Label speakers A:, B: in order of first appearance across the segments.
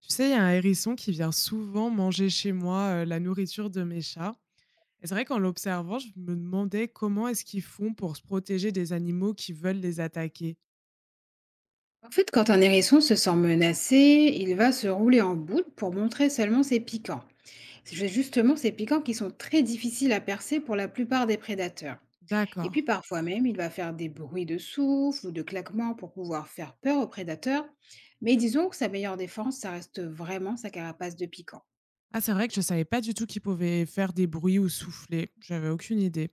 A: Tu sais, il y a un hérisson qui vient souvent manger chez moi la nourriture de mes chats. Et c'est vrai qu'en l'observant, je me demandais comment est-ce qu'ils font pour se protéger des animaux qui veulent les attaquer.
B: En fait, quand un hérisson se sent menacé, il va se rouler en boule pour montrer seulement ses piquants. C'est justement ces piquants qui sont très difficiles à percer pour la plupart des prédateurs. Et
A: D'accord.
B: puis parfois même, il va faire des bruits de souffle ou de claquements pour pouvoir faire peur aux prédateurs. Mais disons que sa meilleure défense, ça reste vraiment sa carapace de piquants.
A: Ah, c'est vrai que je savais pas du tout qu'ils pouvaient faire des bruits ou souffler. J'avais aucune idée.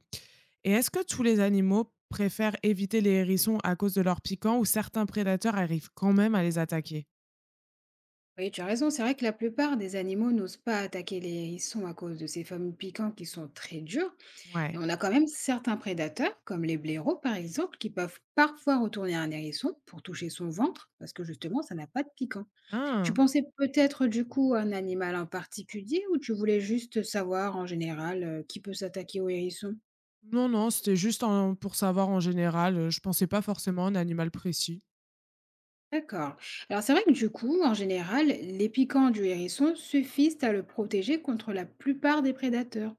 A: Et est-ce que tous les animaux préfèrent éviter les hérissons à cause de leur piquant ou certains prédateurs arrivent quand même à les attaquer?
B: Oui, tu as raison, c'est vrai que la plupart des animaux n'osent pas attaquer les hérissons à cause de ces fameux piquants qui
A: Hmm.
B: sont très durs. Et
A: Ouais.
B: on a quand même certains prédateurs, comme les blaireaux par exemple, qui peuvent parfois retourner un hérisson pour toucher son ventre, parce que justement, ça n'a pas de piquant. Tu
A: Ah.
B: pensais peut-être du coup à un animal en particulier ou tu voulais juste savoir en général qui peut s'attaquer au hérisson.
A: Non, non, c'était juste pour savoir en général. Je pensais pas forcément à un animal précis.
B: D'accord. Alors c'est vrai que du coup, en général, les piquants du hérisson suffisent à le protéger contre la plupart des prédateurs.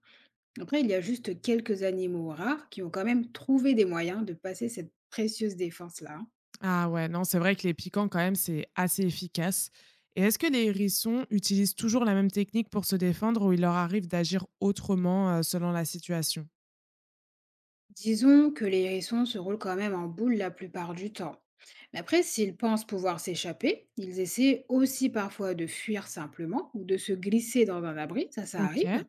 B: Après, il y a juste quelques animaux rares qui ont quand même trouvé des moyens de passer cette précieuse défense-là, hein.
A: Ah ouais, non, c'est vrai que les piquants, quand même, c'est assez efficace. Et est-ce que les hérissons utilisent toujours la même technique pour se défendre ou il leur arrive d'agir autrement selon la situation?
B: Disons que les hérissons se roulent quand même en boule la plupart du temps. Mais après, s'ils pensent pouvoir s'échapper, ils essaient aussi parfois de fuir simplement ou de se glisser dans un abri, ça ça
A: Ok.
B: arrive.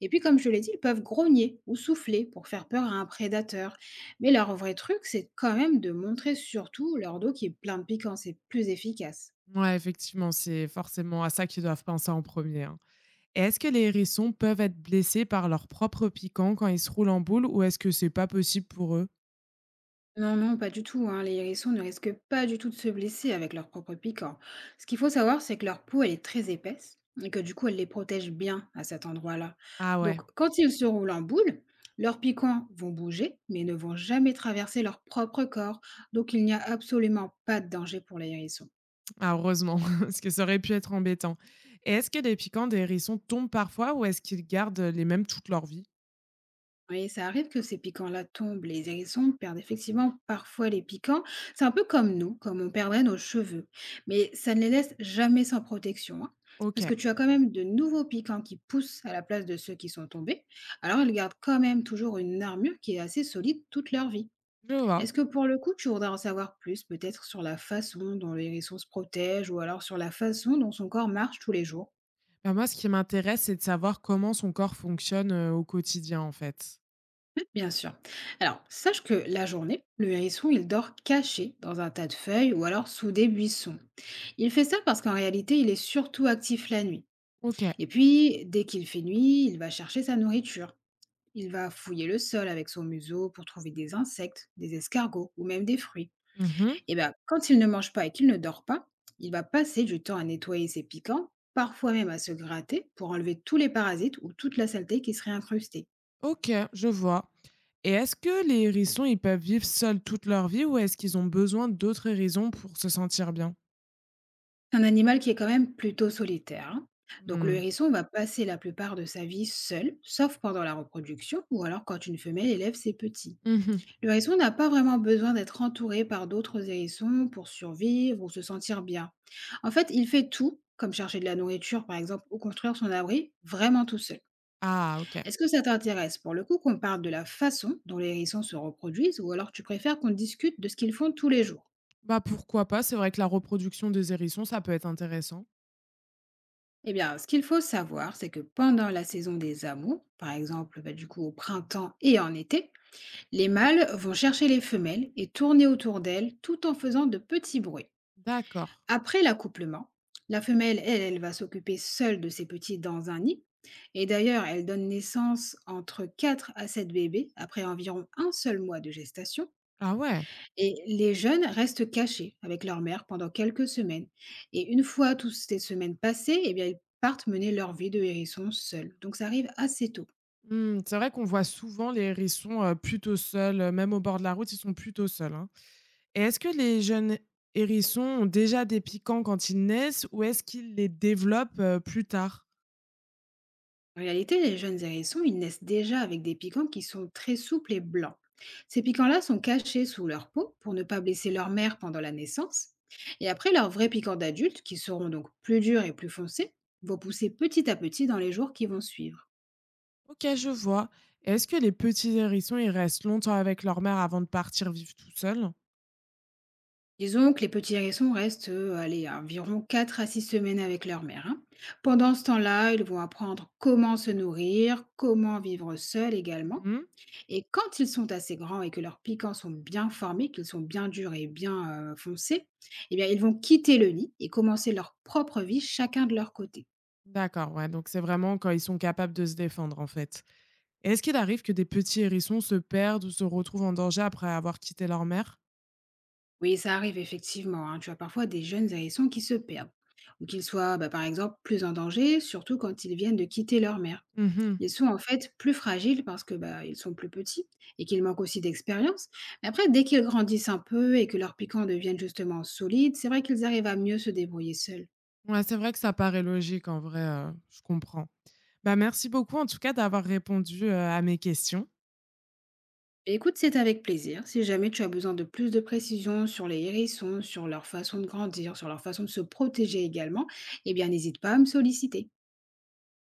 B: Et puis comme je l'ai dit, ils peuvent grogner ou souffler pour faire peur à un prédateur. Mais leur vrai truc, c'est quand même de montrer surtout leur dos qui est plein de piquants, c'est plus efficace.
A: Ouais, effectivement, c'est forcément à ça qu'ils doivent penser en premier, hein. Et est-ce que les hérissons peuvent être blessés par leur propre piquant quand ils se roulent en boule ou est-ce que c'est pas possible pour eux?
B: Non, non, pas du tout, hein. Les hérissons ne risquent pas du tout de se blesser avec leur propre piquant. Ce qu'il faut savoir, c'est que leur peau, elle est très épaisse et que du coup, elle les protège bien à cet endroit-là.
A: Ah
B: Donc,
A: ouais,
B: quand ils se roulent en boule, leurs piquants vont bouger, mais ne vont jamais traverser leur propre corps. Donc, il n'y a absolument pas de danger pour les hérissons.
A: ah, heureusement, parce que ça aurait pu être embêtant. Et est-ce que les piquants des hérissons tombent parfois ou est-ce qu'ils gardent les mêmes toute leur vie?
B: Oui, ça arrive que ces piquants-là tombent. Les hérissons perdent effectivement parfois les piquants. C'est un peu comme nous, comme on perdrait nos cheveux. Mais ça ne les laisse jamais sans protection, hein.
A: Ok,
B: Parce que tu as quand même de nouveaux piquants qui poussent à la place de ceux qui sont tombés. Alors, ils gardent quand même toujours une armure qui est assez solide toute leur vie.
A: je vois.
B: Est-ce que pour le coup, tu voudrais en savoir plus, peut-être sur la façon dont le hérisson se protège ou alors sur la façon dont son corps marche tous les jours?
A: Bah, moi, ce qui m'intéresse, c'est de savoir comment son corps fonctionne, au quotidien, en fait.
B: Bien sûr. Alors, sache que la journée, le hérisson, il dort caché dans un tas de feuilles ou alors sous des buissons. Il fait ça parce qu'en réalité, il est surtout actif la nuit.
A: OK.
B: Et puis, dès qu'il fait nuit, il va chercher sa nourriture. Il va fouiller le sol avec son museau pour trouver des insectes, des escargots ou même des fruits.
A: Mmh.
B: Et bien, quand il ne mange pas et qu'il ne dort pas, il va passer du temps à nettoyer ses piquants, parfois même à se gratter pour enlever tous les parasites ou toute la saleté qui serait incrustée.
A: OK, je vois. Et est-ce que les hérissons, ils peuvent vivre seuls toute leur vie ou est-ce qu'ils ont besoin d'autres hérissons pour se sentir bien?
B: Un animal qui est quand même plutôt solitaire, hein. Donc le
A: Mmh.
B: hérisson va Mhm. passer la plupart de sa vie seul, sauf pendant la reproduction ou alors quand une femelle élève ses petits.
A: Mmh.
B: Le hérisson n'a pas vraiment besoin d'être entouré par d'autres hérissons pour survivre ou se sentir bien. En fait, il fait tout, comme chercher de la nourriture par exemple ou construire son abri, vraiment tout seul.
A: Ah OK.
B: Est-ce que ça t'intéresse pour le coup qu'on parle de la façon dont les hérissons se reproduisent ou alors tu préfères qu'on discute de ce qu'ils font tous les jours?
A: Bah, pourquoi pas? C'est vrai que la reproduction des hérissons, ça peut être intéressant.
B: Eh bien, ce qu'il faut savoir, c'est que pendant la saison des amours, par exemple, bah, du coup au printemps et en été, les mâles vont chercher les femelles et tourner autour d'elles tout en faisant de petits bruits.
A: D'accord.
B: Après l'accouplement, la femelle, elle, elle va s'occuper seule de ses petits dans un nid. Et d'ailleurs, elle donne naissance entre 4 à 7 bébés après environ un seul mois de gestation.
A: Ah ouais?
B: Et les jeunes restent cachés avec leur mère pendant quelques semaines. Et une fois toutes ces semaines passées, eh bien, ils partent mener leur vie de hérisson seuls. Donc ça arrive assez tôt.
A: Mmh, c'est vrai qu'on voit souvent les hérissons, plutôt seuls, même au bord de la route, ils sont plutôt seuls, hein. Et est-ce que les jeunes hérissons ont déjà des piquants quand ils naissent ou est-ce qu'ils les développent, plus tard?
B: En réalité, les jeunes hérissons, ils naissent déjà avec des piquants qui sont très souples et blancs. Ces piquants-là sont cachés sous leur peau pour ne pas blesser leur mère pendant la naissance. Et après, leurs vrais piquants d'adultes, qui seront donc plus durs et plus foncés, vont pousser petit à petit dans les jours qui vont suivre.
A: OK, je vois. Et est-ce que les petits hérissons, ils restent longtemps avec leur mère avant de partir vivre tout seuls?
B: Disons que les petits hérissons restent, allez, à environ 4 à 6 semaines avec leur mère, hein. Pendant ce temps-là, ils vont apprendre comment se nourrir, comment vivre seuls également.
A: Mmh.
B: Et quand ils sont assez grands et que leurs piquants sont bien formés, qu'ils sont bien durs et bien foncés, eh bien, ils vont quitter le nid et commencer leur propre vie chacun de leur côté.
A: D'accord, ouais, donc c'est vraiment quand ils sont capables de se défendre, en fait. Et est-ce qu'il arrive que des petits hérissons se perdent ou se retrouvent en danger après avoir quitté leur mère?
B: Oui, ça arrive effectivement, hein. Tu as parfois des jeunes hérissons qui se perdent ou qu'ils soient, bah, par exemple, plus en danger, surtout quand ils viennent de quitter leur mère.
A: Mmh.
B: Ils sont en fait plus fragiles parce que bah, ils sont plus petits et qu'ils manquent aussi d'expérience. Mais après, dès qu'ils grandissent un peu et que leurs piquants deviennent justement solides, c'est vrai qu'ils arrivent à mieux se débrouiller seuls.
A: Ouais, c'est vrai que ça paraît logique en vrai, je comprends. Bah, merci beaucoup en tout cas d'avoir répondu, à mes questions.
B: Écoute, c'est avec plaisir. Si jamais tu as besoin de plus de précisions sur les hérissons, sur leur façon de grandir, sur leur façon de se protéger également, eh bien, n'hésite pas à me solliciter.